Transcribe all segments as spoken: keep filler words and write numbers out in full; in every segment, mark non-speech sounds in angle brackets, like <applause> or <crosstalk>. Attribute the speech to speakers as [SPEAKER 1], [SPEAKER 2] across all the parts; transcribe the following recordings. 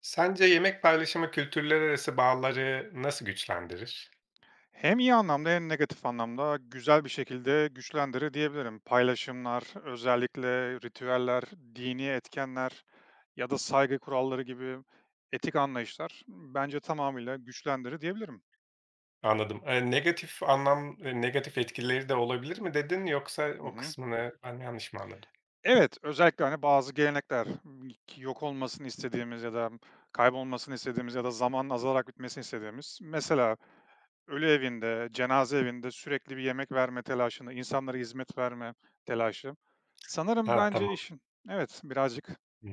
[SPEAKER 1] Sence yemek paylaşımı kültürler arası bağları nasıl güçlendirir?
[SPEAKER 2] Hem iyi anlamda hem negatif anlamda güzel bir şekilde güçlendirir diyebilirim. Paylaşımlar, özellikle ritüeller, dini etkenler ya da saygı kuralları gibi etik anlayışlar bence tamamıyla güçlendirir diyebilirim.
[SPEAKER 1] Anladım. Eee, negatif anlam eee, negatif etkileri de olabilir mi dedin yoksa
[SPEAKER 2] Hı
[SPEAKER 1] o
[SPEAKER 2] hı.
[SPEAKER 1] kısmını ben yanlış mı anladım?
[SPEAKER 2] Evet, özellikle, hani, bazı gelenekler, ımm, ki yok olmasını istediğimiz ya da kaybolmasını istediğimiz ya da zamanın azalarak bitmesini istediğimiz. Mesela ölü evinde, cenaze evinde sürekli bir yemek verme telaşını, insanlara hizmet verme telaşı. Sanırım
[SPEAKER 1] Ha,
[SPEAKER 2] bence
[SPEAKER 1] tamam.
[SPEAKER 2] işin. Evet, birazcık.
[SPEAKER 1] Hı.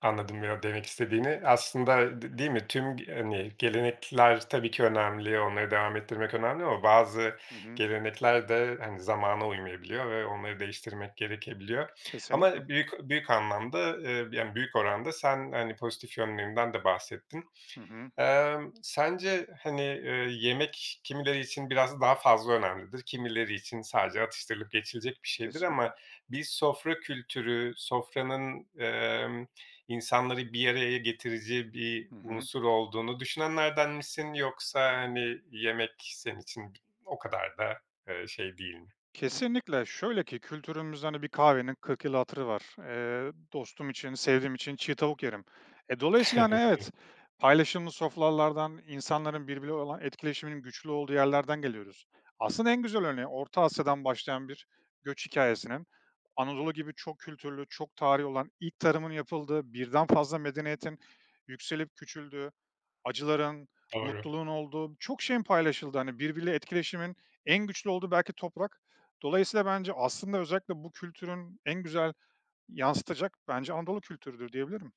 [SPEAKER 1] Anladım ya demek istediğini. Aslında d değil mi, tüm g hani, gelenekler tabii ki önemli, onları devam ettirmek önemli ama bazı
[SPEAKER 2] Hı hı.
[SPEAKER 1] gelenekler de, hani, zamana uymayabiliyor ve onları değiştirmek gerekebiliyor.
[SPEAKER 2] Kesinlikle.
[SPEAKER 1] Ama büyük büyük anlamda, eee, yani, büyük oranda sen, hani, pozitif yönlerinden de bahsettin.
[SPEAKER 2] Hı hı.
[SPEAKER 1] Emm, sence, hani, eee, yemek kimileri için biraz daha fazla önemlidir, kimileri için sadece atıştırılıp geçilecek bir şeydir
[SPEAKER 2] Kesinlikle.
[SPEAKER 1] ama bir sofra kültürü, sofranın, emm, insanları bir araya getirici bir
[SPEAKER 2] Hı hı.
[SPEAKER 1] unsur olduğunu düşünenlerden misin yoksa, hani, yemek senin için o kadar da, eee, şey değil mi?
[SPEAKER 2] Kesinlikle. Şöyle ki kültürümüzde, hani, bir kahvenin kırk yıl hatırı var. Eee, dostum için, sevdiğim için çiğ tavuk yerim. E, dolayısıyla, hani, evet,
[SPEAKER 1] <laughs>
[SPEAKER 2] paylaşımlı sofralardan, insanların birbiriyle olan etkileşiminin güçlü olduğu yerlerden geliyoruz. Aslında en güzel örneği Orta Asya'dan başlayan bir göç hikayesinin, Anadolu gibi çok kültürlü, çok tarihi olan ilk tarımın yapıldığı, birden fazla medeniyetin yükselip küçüldüğü, acıların,
[SPEAKER 1] Doğru.
[SPEAKER 2] mutluluğun olduğu, çok şeyin paylaşıldığı, hani, birbiriyle etkileşimin en güçlü olduğu belki toprak. Dolayısıyla bence aslında özellikle bu kültürün en güzel yansıtacak bence Anadolu kültürüdür diyebilirim.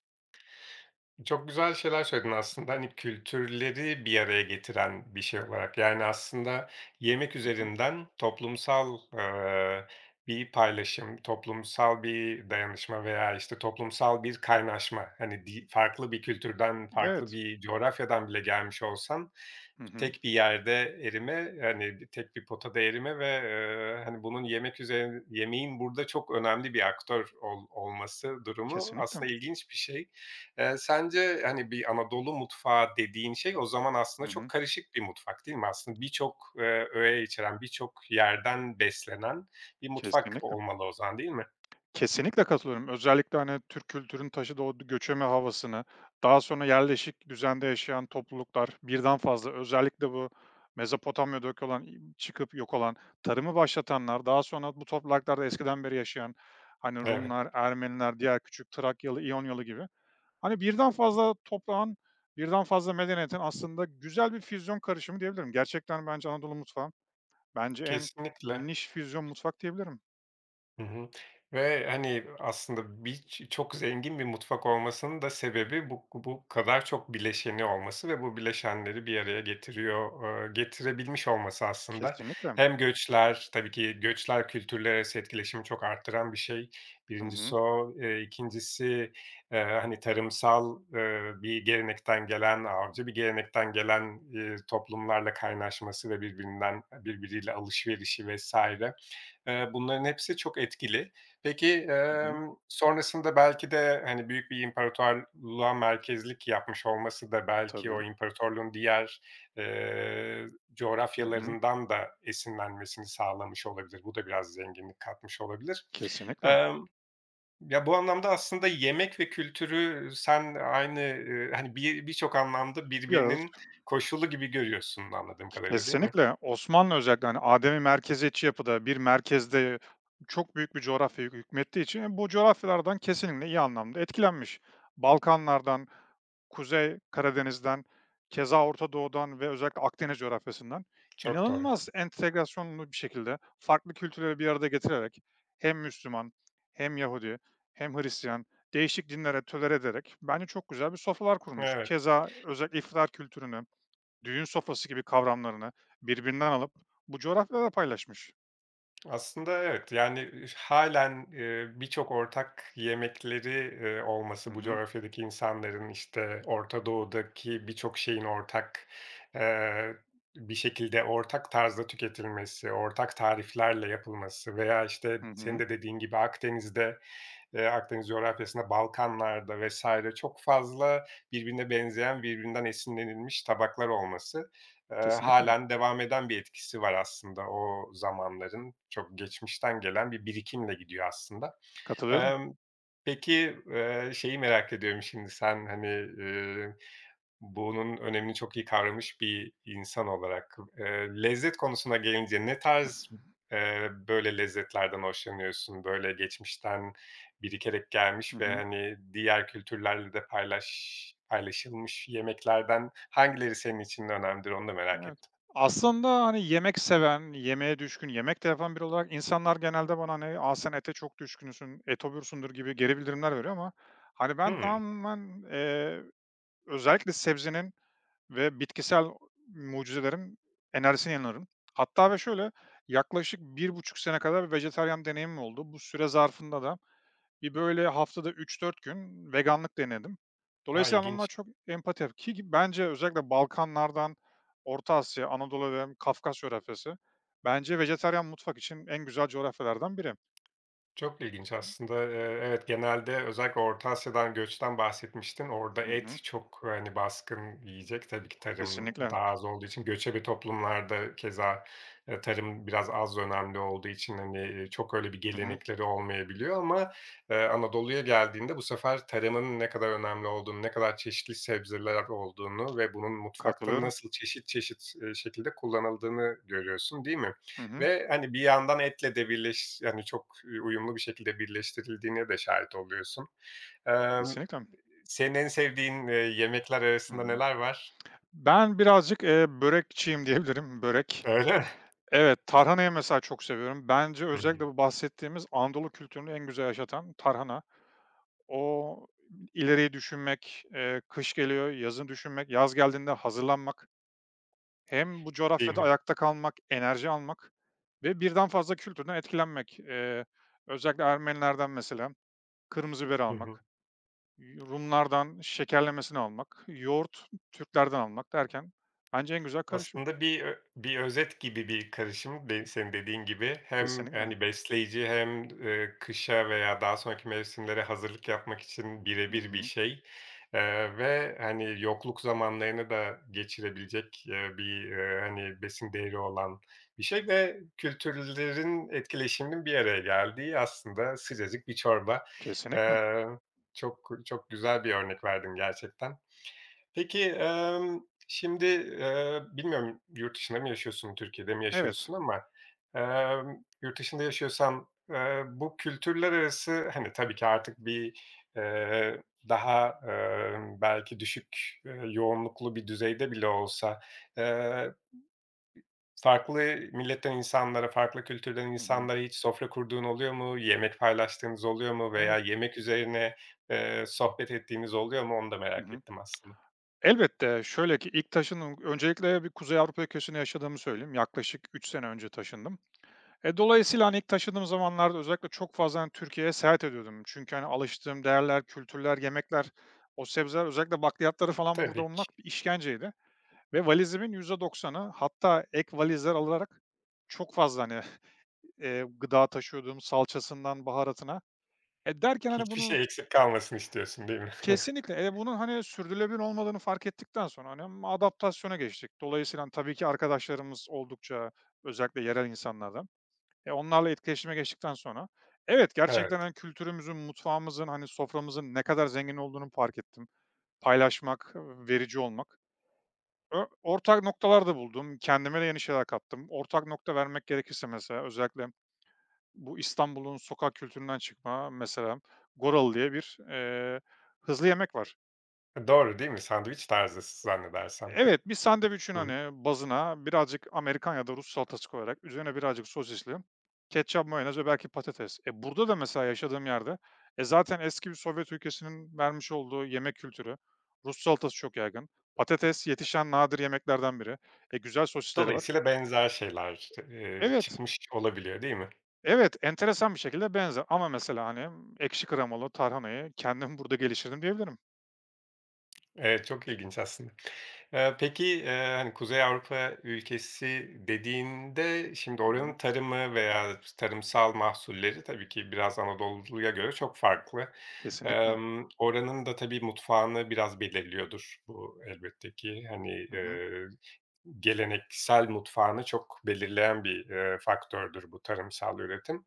[SPEAKER 1] Çok güzel şeyler söyledin aslında. Hani, kültürleri bir araya getiren bir şey olarak. Yani, aslında yemek
[SPEAKER 2] Hı hı.
[SPEAKER 1] üzerinden toplumsal, eee, bir paylaşım, toplumsal bir dayanışma veya, işte, toplumsal bir kaynaşma. Hani, di farklı bir kültürden, farklı
[SPEAKER 2] Evet.
[SPEAKER 1] bir coğrafyadan bile gelmiş olsan,
[SPEAKER 2] Hı hı.
[SPEAKER 1] tek bir yerde erime, hani, bir tek bir potada erime ve, eee, hani, bunun yemek üzerin yemeğin burada çok önemli bir aktör ol olması durumu
[SPEAKER 2] Kesinlikle.
[SPEAKER 1] aslında ilginç bir şey. Eee, sence, hani, bir Anadolu mutfağı dediğin şey o zaman aslında
[SPEAKER 2] Hı
[SPEAKER 1] çok
[SPEAKER 2] hı.
[SPEAKER 1] karışık bir mutfak değil mi? Aslında birçok, eee, öğe içeren, birçok yerden beslenen bir mutfak
[SPEAKER 2] Kesinlikle.
[SPEAKER 1] olmalı o zaman değil mi?
[SPEAKER 2] Kesinlikle katılıyorum. Özellikle, hani, Türk kültürünün taşıdığı o göçebe havasını, daha sonra yerleşik düzende yaşayan topluluklar, birden fazla özellikle bu Mezopotamya'da yok olan, çıkıp yok olan, tarımı başlatanlar, daha sonra bu topraklarda eskiden beri yaşayan, hani,
[SPEAKER 1] Evet,
[SPEAKER 2] Rumlar, Ermeniler, diğer küçük Trakyalı, İyonyalı gibi, hani, birden fazla toprağın, birden fazla medeniyetin aslında güzel bir füzyon karışımı diyebilirim. Gerçekten bence Anadolu mutfağı, bence en
[SPEAKER 1] kesinlikle.
[SPEAKER 2] niş füzyon mutfak diyebilirim.
[SPEAKER 1] Hı hı. Ve, hani, aslında biç çok zengin bir mutfak olmasının da sebebi bu bu kadar çok bileşeni olması ve bu bileşenleri bir araya getiriyor, eee, getirebilmiş olması aslında.
[SPEAKER 2] Kesinlikle.
[SPEAKER 1] Hem göçler, tabii ki göçler kültürler arası etkileşimi çok arttıran bir şey.
[SPEAKER 2] Hı hı.
[SPEAKER 1] Birincisi, o. Eee, ikincisi, eee, hani, tarımsal, eee, bir gelenekten gelen, avcı bir gelenekten gelen, eee, toplumlarla kaynaşması ve birbirinden birbiriyle alışverişi vesaire. Eee, bunların hepsi çok etkili. Peki,
[SPEAKER 2] Hı hı.
[SPEAKER 1] emm, sonrasında belki de, hani, büyük bir imparatorluğa merkezlik yapmış olması da belki
[SPEAKER 2] Tabii.
[SPEAKER 1] o imparatorluğun diğer, eee,
[SPEAKER 2] Hı hı.
[SPEAKER 1] coğrafyalarından da esinlenmesini sağlamış olabilir. Bu da biraz zenginlik katmış olabilir.
[SPEAKER 2] Kesinlikle.
[SPEAKER 1] Emm, Ya, bu anlamda aslında yemek ve kültürü sen aynı, eee, hani, bir birçok anlamda
[SPEAKER 2] Bir arada.
[SPEAKER 1] birbirinin koşulu gibi görüyorsun anladığım kadarıyla, değil mi?
[SPEAKER 2] Kesinlikle. Osmanlı özellikle, hani, ademi merkeziyetçi yapıda, bir merkezde çok büyük bir coğrafyaya hükmettiği için e, bu coğrafyalardan kesinlikle iyi anlamda etkilenmiş. Balkanlardan, Kuzey Karadeniz'den, keza Orta Doğu'dan ve özellikle Akdeniz coğrafyasından
[SPEAKER 1] Çok doğru.
[SPEAKER 2] inanılmaz entegrasyonlu bir şekilde farklı kültürleri bir arada getirerek hem Müslüman hem Yahudi hem Hristiyan değişik dinlere tolere ederek bence çok güzel bir sofralar kurmuş.
[SPEAKER 1] Evet.
[SPEAKER 2] Keza özellikle iftar kültürünü düğün sofrası gibi kavramlarını birbirinden alıp bu coğrafyalara paylaşmış.
[SPEAKER 1] Aslında evet, yani, halen eee, birçok ortak yemekleri, eee,
[SPEAKER 2] Hı
[SPEAKER 1] olması bu
[SPEAKER 2] hı.
[SPEAKER 1] coğrafyadaki insanların, işte, Orta Doğu'daki birçok şeyin ortak, eee, bir şekilde ortak tarzda tüketilmesi, ortak tariflerle yapılması veya, işte,
[SPEAKER 2] Hı
[SPEAKER 1] senin
[SPEAKER 2] hı.
[SPEAKER 1] de dediğin gibi Akdeniz'de. Eee, Akdeniz coğrafyasında, Balkanlar'da vesaire çok fazla birbirine benzeyen, birbirinden esinlenilmiş tabaklar olması, eee,
[SPEAKER 2] Kesinlikle.
[SPEAKER 1] hâlen devam eden bir etkisi var aslında o zamanların. Çok geçmişten gelen bir birikimle gidiyor aslında.
[SPEAKER 2] Katılıyorum.
[SPEAKER 1] Emm, peki, eee, şeyi merak ediyorum şimdi sen, hani, eee, bunun önemini çok iyi kavramış bir insan olarak, eee, lezzet konusuna gelince ne tarz, eee, böyle lezzetlerden hoşlanıyorsun? Böyle geçmişten birikerek
[SPEAKER 2] Hı
[SPEAKER 1] gelmiş ve,
[SPEAKER 2] hı.
[SPEAKER 1] hani, diğer kültürlerle de paylaş paylaşılmış yemeklerden hangileri senin için önemlidir onu da merak
[SPEAKER 2] Evet.
[SPEAKER 1] ettim.
[SPEAKER 2] Aslında, hani, yemek seven, yemeğe düşkün, yemek de yapan biri olarak insanlar genelde bana, hani, "A, sen ete çok düşkünsün, etobursundur." gibi geri bildirimler veriyor ama, hani, ben
[SPEAKER 1] Hımm.
[SPEAKER 2] tamamen, eee, özellikle sebzenin ve bitkisel mucizelerin enerjisine inanırım. Hatta ve şöyle, yaklaşık bir buçuk sene kadar vejetaryen deneyimim oldu. Bu süre zarfında da bir böyle haftada üç dört gün veganlık denedim.
[SPEAKER 1] A,
[SPEAKER 2] Dolayısıyla onunla
[SPEAKER 1] ilginç.
[SPEAKER 2] çok empati yap ki gi bence özellikle Balkanlardan Orta Asya, Anadolu ve Kafkas coğrafyası bence vejetaryen mutfak için en güzel coğrafyalardan biri.
[SPEAKER 1] Çok ilginç aslında. Eee, evet, genelde özellikle Orta Asya'dan göçten bahsetmiştin. Orada
[SPEAKER 2] Hı hı.
[SPEAKER 1] et çok, hani, baskın yiyecek. Tabii ki tarım
[SPEAKER 2] Kesinlikle.
[SPEAKER 1] daha az olduğu için göçebe toplumlarda keza, eee, tarım biraz az önemli olduğu için, hani, eee, çok öyle bir
[SPEAKER 2] Hı hı.
[SPEAKER 1] gelenekleri olmayabiliyor ama, eee, Anadolu'ya geldiğinde bu sefer tarımın ne kadar önemli olduğunu, ne kadar çeşitli sebzeler olduğunu ve bunun mutfakta
[SPEAKER 2] Katılıyorum.
[SPEAKER 1] nasıl çeşit çeşit, eee, şekilde kullanıldığını görüyorsun, değil mi?
[SPEAKER 2] Hı hı.
[SPEAKER 1] Ve, hani, bir yandan etle de birleş yani, çok, eee, uyumlu bir şekilde birleştirildiğine de şahit oluyorsun. Emm,
[SPEAKER 2] Kesinlikle.
[SPEAKER 1] Senin en sevdiğin, eee, yemekler
[SPEAKER 2] Hı hı.
[SPEAKER 1] arasında neler var?
[SPEAKER 2] Ben birazcık, eee, börekçiyim diyebilirim. Börek.
[SPEAKER 1] Öyle mi?
[SPEAKER 2] Evet, tarhanayı mesela çok seviyorum. Bence
[SPEAKER 1] Hı
[SPEAKER 2] özellikle
[SPEAKER 1] hı.
[SPEAKER 2] bu bahsettiğimiz Anadolu kültürünü en güzel yaşatan tarhana. O ileriyi düşünmek, eee, kış geliyor, yazı düşünmek, yaz geldiğinde hazırlanmak, hem bu
[SPEAKER 1] Değil
[SPEAKER 2] coğrafyada
[SPEAKER 1] mi?
[SPEAKER 2] ayakta kalmak, enerji almak ve birden fazla kültürden etkilenmek. Eee, özellikle Ermenilerden mesela kırmızı biber
[SPEAKER 1] Hı hı.
[SPEAKER 2] almak, Rumlardan şekerlemesini almak, yoğurt Türklerden almak derken bence en güzel karışım.
[SPEAKER 1] Aslında bir ö bir özet gibi bir karışım de senin dediğin gibi. Hem,
[SPEAKER 2] Kesinlikle.
[SPEAKER 1] hani, besleyici hem, eee, kışa veya daha sonraki mevsimlere hazırlık yapmak için
[SPEAKER 2] Hı
[SPEAKER 1] birebir bir
[SPEAKER 2] hı.
[SPEAKER 1] şey, eee, ve, hani, yokluk zamanlarını da geçirebilecek, eee, bir, eee, hani, besin değeri olan bir şey ve kültürlerin etkileşiminin bir araya geldiği aslında sıcacık bir çorba.
[SPEAKER 2] Kesinlikle.
[SPEAKER 1] Eee, Çok çok güzel bir örnek verdin gerçekten. Peki, emm, şimdi, eee, bilmiyorum yurt dışında mı yaşıyorsun, Türkiye'de mi
[SPEAKER 2] Evet.
[SPEAKER 1] yaşıyorsun ama, emm, yurt dışında yaşıyorsan, eee, bu kültürler arası, hani, tabii ki artık bir, eee, daha, emm, belki düşük, eee, yoğunluklu bir düzeyde bile olsa, eee, farklı milletten insanlara, farklı kültürden
[SPEAKER 2] Hı hı.
[SPEAKER 1] insanlara hiç sofra kurduğun oluyor mu? Yemek paylaştığınız oluyor mu
[SPEAKER 2] Evet.
[SPEAKER 1] veya yemek üzerine, eee, sohbet ettiğiniz oluyor mu? Onu da
[SPEAKER 2] Hı
[SPEAKER 1] merak
[SPEAKER 2] hı.
[SPEAKER 1] ettim aslında.
[SPEAKER 2] Elbette. Şöyle ki ilk taşındım öncelikle bir Kuzey Avrupa ülkesinde yaşadığımı söyleyeyim. Yaklaşık üç sene önce taşındım. E, dolayısıyla, hani, ilk taşındığım zamanlarda özellikle çok fazla, hani, Türkiye'ye seyahat ediyordum. Çünkü, hani, alıştığım değerler, kültürler, yemekler, o sebzeler, özellikle bakliyatları falan burada
[SPEAKER 1] Tabii ki.
[SPEAKER 2] bulmak bir işkenceydi ve valizimin yüzde doksanı, hatta ek valizler alarak çok fazla, hani, <laughs> eee, gıda taşıyordum, salçasından baharatına. E, derken, hani,
[SPEAKER 1] Hiçbir
[SPEAKER 2] bunun.
[SPEAKER 1] şey eksik kalmasın istiyorsun, değil mi? <laughs>
[SPEAKER 2] Kesinlikle. Eee, bunun, hani, sürdürülebilir olmadığını fark ettikten sonra, hani, adaptasyona geçtik. Dolayısıyla hani, tabii ki arkadaşlarımız oldukça özellikle yerel insanlardan. E, onlarla etkileşime geçtikten sonra evet,
[SPEAKER 1] Evet.
[SPEAKER 2] gerçekten, hani, kültürümüzün, mutfağımızın, hani, soframızın ne kadar zengin olduğunu fark ettim. Paylaşmak, e, verici olmak. Ö Ortak noktalar da buldum. Kendime de yeni şeyler kattım. Ortak nokta vermek gerekirse mesela özellikle bu İstanbul'un sokak kültüründen çıkma mesela goral diye bir, eee, hızlı yemek var.
[SPEAKER 1] Doğru, değil mi? Sandviç tarzı zannedersem.
[SPEAKER 2] Evet, bir sandviçin,
[SPEAKER 1] Hı.
[SPEAKER 2] hani, bazına birazcık Amerikan ya da Rus salatası koyarak üzerine birazcık sosisli ketçap, mayonez ve belki patates. E, burada da mesela yaşadığım yerde, e, zaten eski bir Sovyet ülkesinin vermiş olduğu yemek kültürü, Rus salatası çok yaygın. Patates yetişen nadir yemeklerden biri. E, güzel sosisleri var.
[SPEAKER 1] Dolayısıyla benzer şeyler, eee,
[SPEAKER 2] Evet,
[SPEAKER 1] çıkmış olabiliyor, değil mi?
[SPEAKER 2] evet, enteresan bir şekilde benzer ama mesela, hani, ekşi kremalı tarhanayı kendim burada geliştirdim diyebilirim.
[SPEAKER 1] Evet, çok ilginç aslında. Eee, peki, eee, hani, Kuzey Avrupa ülkesi dediğinde şimdi
[SPEAKER 2] Hı hı.
[SPEAKER 1] oranın tarımı veya tarımsal mahsulleri tabii ki biraz Anadolu'ya göre çok farklı.
[SPEAKER 2] Kesinlikle.
[SPEAKER 1] Emm, oranın da tabii mutfağını biraz belirliyordur bu elbette ki. Hani,
[SPEAKER 2] Hı hı.
[SPEAKER 1] eee, geleneksel mutfağını çok belirleyen bir, eee, faktördür bu tarımsal üretim.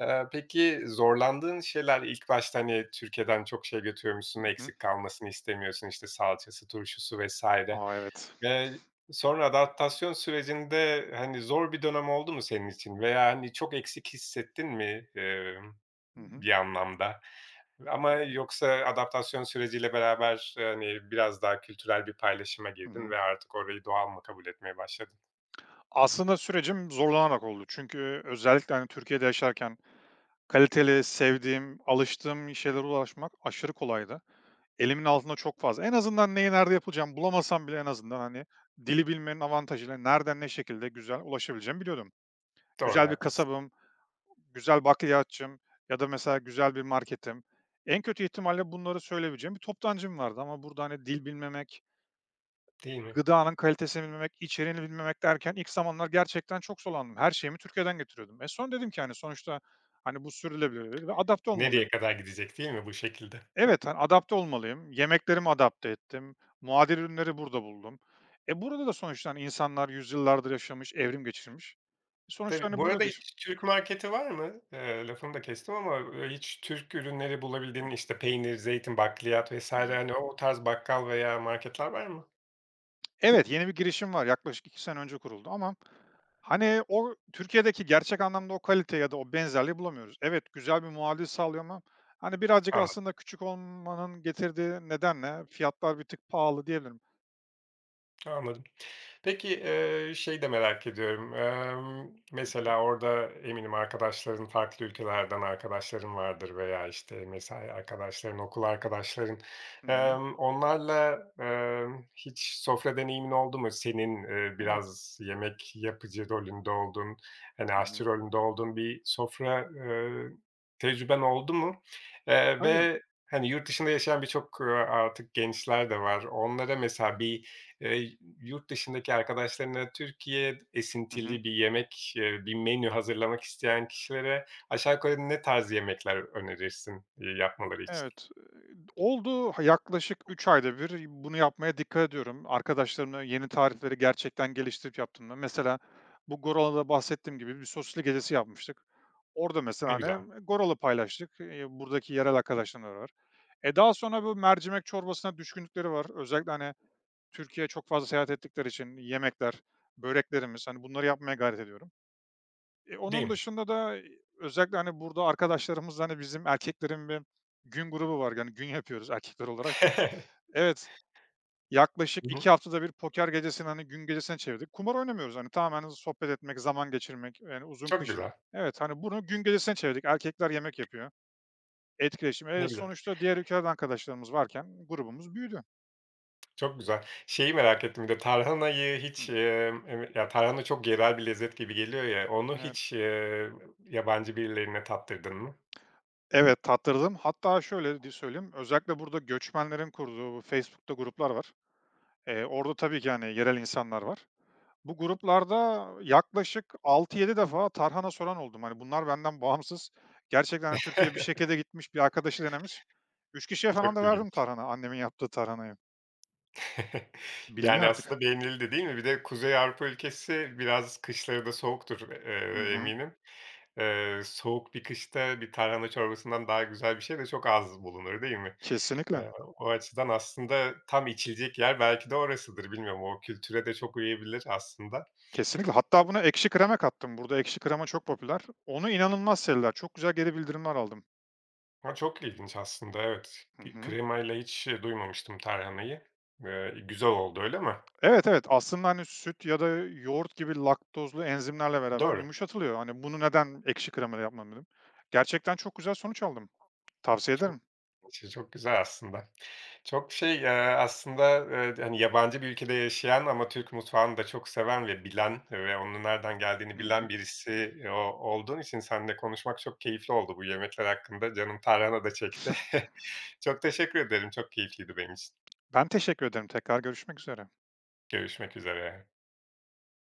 [SPEAKER 1] Eee, peki zorlandığın şeyler ilk başta, hani, Türkiye'den çok şey götürüyormuşsun,
[SPEAKER 2] Hı hı.
[SPEAKER 1] eksik kalmasını istemiyorsun, işte, salçası, turşusu vesaire.
[SPEAKER 2] A, evet.
[SPEAKER 1] Eee, Sonra adaptasyon sürecinde, hani, zor bir dönem oldu mu senin için veya, hani, çok eksik hissettin mi, emm,
[SPEAKER 2] Hı hı.
[SPEAKER 1] bir anlamda? Ama yoksa adaptasyon süreciyle beraber, hani, biraz daha kültürel bir paylaşıma
[SPEAKER 2] Hı
[SPEAKER 1] girdin
[SPEAKER 2] hı.
[SPEAKER 1] ve artık orayı doğal mı kabul etmeye başladın?
[SPEAKER 2] Aslında sürecim zorlanarak oldu. Çünkü özellikle, hani, Türkiye'de yaşarken kaliteli, sevdiğim, alıştığım şeylere ulaşmak aşırı kolaydı. Elimin altında çok fazla. En azından neyi nerede yapacağımı bulamasam bile en azından, hani, dili bilmenin avantajıyla nereden ne şekilde güzel ulaşabileceğimi biliyordum.
[SPEAKER 1] Doğru,
[SPEAKER 2] Güzel bir
[SPEAKER 1] haklısın.
[SPEAKER 2] kasabım, güzel bakliyatçım ya da mesela güzel bir marketim. En kötü ihtimalle bunları söyleyebileceğim bir toptancım vardı ama burada, hani, dil bilmemek,
[SPEAKER 1] Değil mi?
[SPEAKER 2] gıdanın kalitesini bilmemek, içeriğini bilmemek derken ilk zamanlar gerçekten çok zorlandım. Her şeyimi Türkiye'den getiriyordum. E, sonra dedim ki, hani, sonuçta, hani, bu sürdürülebilir dedi ve adapte
[SPEAKER 1] Nereye
[SPEAKER 2] olmalıyım.
[SPEAKER 1] kadar gidecek, değil mi bu şekilde?
[SPEAKER 2] Evet, hani, adapte olmalıyım. Yemeklerimi adapte ettim. Muadil ürünleri burada buldum. E, burada da sonuçta, hani, insanlar yüzyıllardır yaşamış, evrim geçirmiş. E, sonuçta,
[SPEAKER 1] Tabii.
[SPEAKER 2] hani,
[SPEAKER 1] Bu arada
[SPEAKER 2] burada da.
[SPEAKER 1] hiç Türk marketi var mı? Eee, lafını da kestim ama, eee, hiç Türk ürünleri
[SPEAKER 2] Hı,
[SPEAKER 1] bulabildiğin, işte, peynir, zeytin, bakliyat
[SPEAKER 2] hı.
[SPEAKER 1] vesaire hani o tarz bakkal veya marketler var mı?
[SPEAKER 2] Evet, yeni bir girişim var. Yaklaşık iki sene önce kuruldu ama, hani, o Türkiye'deki gerçek anlamda o kalite ya da o benzerliği bulamıyoruz. Evet, güzel bir muadil sağlıyor ama, hani, birazcık aslında küçük olmanın getirdiği nedenle fiyatlar bir tık pahalı diyebilirim.
[SPEAKER 1] Anladım. Peki, eee, şeyi de merak ediyorum. Emm,
[SPEAKER 2] Hı hı.
[SPEAKER 1] mesela orada eminim arkadaşların, farklı ülkelerden arkadaşların vardır veya, işte, mesai arkadaşların, okul arkadaşların.
[SPEAKER 2] Hı hı.
[SPEAKER 1] Emm, onlarla, emm, hiç sofra deneyimin oldu mu? Senin, eee,
[SPEAKER 2] Evet.
[SPEAKER 1] biraz yemek yapıcı rolünde olduğun, hani,
[SPEAKER 2] Hı
[SPEAKER 1] aşçı
[SPEAKER 2] hı.
[SPEAKER 1] rolünde olduğun bir sofra, eee, tecrüben oldu mu? Eee,
[SPEAKER 2] Tabii.
[SPEAKER 1] ve, hani, yurt dışında yaşayan birçok, eee, artık gençler de var. Onlara mesela bir. Eee, Yurt dışındaki arkadaşlarına Türkiye
[SPEAKER 2] Hı hı.
[SPEAKER 1] esintili bir yemek, eee, bir menü hazırlamak isteyen kişilere aşağı yukarı ne tarz yemekler önerirsin, eee, yapmaları için?
[SPEAKER 2] Evet, eee, oldu yaklaşık üç ayda bir bunu yapmaya dikkat ediyorum. Arkadaşlarımla yeni tarifleri gerçekten geliştirip yaptım da mesela bu Goralı'da bahsettiğim gibi bir sosisli gecesi yapmıştık. Orada mesela,
[SPEAKER 1] Ne güzel,
[SPEAKER 2] hani, Goralı paylaştık. Eee, buradaki yerel arkadaşlarımla var. E, daha sonra bu mercimek çorbasına düşkünlükleri var. Özellikle, hani, Türkiye'ye çok fazla seyahat ettikleri için yemekler, böreklerimiz, hani, bunları yapmaya gayret ediyorum. Eee,
[SPEAKER 1] değil
[SPEAKER 2] onun
[SPEAKER 1] mi?
[SPEAKER 2] dışında da, e, özellikle, hani, burada arkadaşlarımız hani, bizim erkeklerin bir gün grubu var. Yani gün yapıyoruz erkekler olarak.
[SPEAKER 1] <laughs>
[SPEAKER 2] Evet,
[SPEAKER 1] Hı
[SPEAKER 2] yaklaşık
[SPEAKER 1] hı.
[SPEAKER 2] iki haftada bir poker gecesini, hani, gün gecesine çevirdik. Kumar oynamıyoruz, hani, tamamen sohbet etmek, zaman geçirmek, yani uzun
[SPEAKER 1] Çok
[SPEAKER 2] kışın.
[SPEAKER 1] güzel,
[SPEAKER 2] Evet, hani, bunu gün gecesine çevirdik. Erkekler yemek yapıyor, etkileşim. Eee,
[SPEAKER 1] ne güzel,
[SPEAKER 2] sonuçta diğer ülkelerden arkadaşlarımız varken grubumuz büyüdü.
[SPEAKER 1] çok güzel. Şeyi merak ettim bir de tarhanayı
[SPEAKER 2] Hı,
[SPEAKER 1] hiç, emm, eve ya, tarhana çok yerel bir lezzet gibi geliyor ya, onu
[SPEAKER 2] evet.
[SPEAKER 1] hiç, eee, yabancı birilerine tattırdın mı?
[SPEAKER 2] Evet, tattırdım. Hatta şöyle di söyleyeyim, özellikle burada göçmenlerin kurduğu bu Facebook'ta gruplar var. Eee, orada tabii ki, yani yerel insanlar var. Bu gruplarda yaklaşık altı yedi defa tarhana soran oldum. Hani, bunlar benden bağımsız. Gerçekten, hani, Türkiye'ye bir şekilde gitmiş, bir arkadaşı denemiş. Üç kişiye falan
[SPEAKER 1] Çok
[SPEAKER 2] da verdim
[SPEAKER 1] ilginç.
[SPEAKER 2] tarhana, annemin yaptığı tarhanayı.
[SPEAKER 1] <laughs>
[SPEAKER 2] Biliniyor
[SPEAKER 1] Yani,
[SPEAKER 2] artık.
[SPEAKER 1] aslında beğenildi, değil mi? Bir de Kuzey Avrupa ülkesi biraz kışları da soğuktur,
[SPEAKER 2] Hı
[SPEAKER 1] eee,
[SPEAKER 2] hı.
[SPEAKER 1] eminim. Eee, soğuk bir kışta bir tarhana çorbasından daha güzel bir şey de çok az bulunur, değil mi?
[SPEAKER 2] Kesinlikle,
[SPEAKER 1] Eee, O açıdan aslında tam içilecek yer belki de orasıdır. Bilmiyorum, o kültüre de çok uyabilir aslında.
[SPEAKER 2] kesinlikle. Hatta buna ekşi krema kattım. Burada ekşi krema çok popüler. Onu inanılmaz sevdiler. Çok güzel geri bildirimler aldım.
[SPEAKER 1] Ha, çok ilginç aslında, evet.
[SPEAKER 2] Hı hı.
[SPEAKER 1] Kremayla hiç, eee, duymamıştım tarhanayı. Eee, güzel oldu, öyle mi?
[SPEAKER 2] Evet, evet. Aslında, hani, süt ya da yoğurt gibi laktozlu enzimlerle beraber
[SPEAKER 1] Doğru.
[SPEAKER 2] yumuşatılıyor. Hani, bunu neden ekşi kremayla yapmadım dedim. Gerçekten çok güzel sonuç aldım. Tavsiye ederim.
[SPEAKER 1] Çok işte çok güzel aslında. Çok şey, eee, aslında, eee, hani, yabancı bir ülkede yaşayan ama Türk mutfağını da çok seven ve bilen ve onun nereden
[SPEAKER 2] Hı
[SPEAKER 1] geldiğini
[SPEAKER 2] hı.
[SPEAKER 1] bilen birisi, eee, o olduğun için seninle konuşmak çok keyifli oldu bu yemekler hakkında. Canım tarhana da çekti.
[SPEAKER 2] <laughs>
[SPEAKER 1] <laughs> Çok teşekkür ederim. Çok keyifliydi benim için.
[SPEAKER 2] Ben teşekkür ederim. Tekrar görüşmek üzere.
[SPEAKER 1] Görüşmek üzere.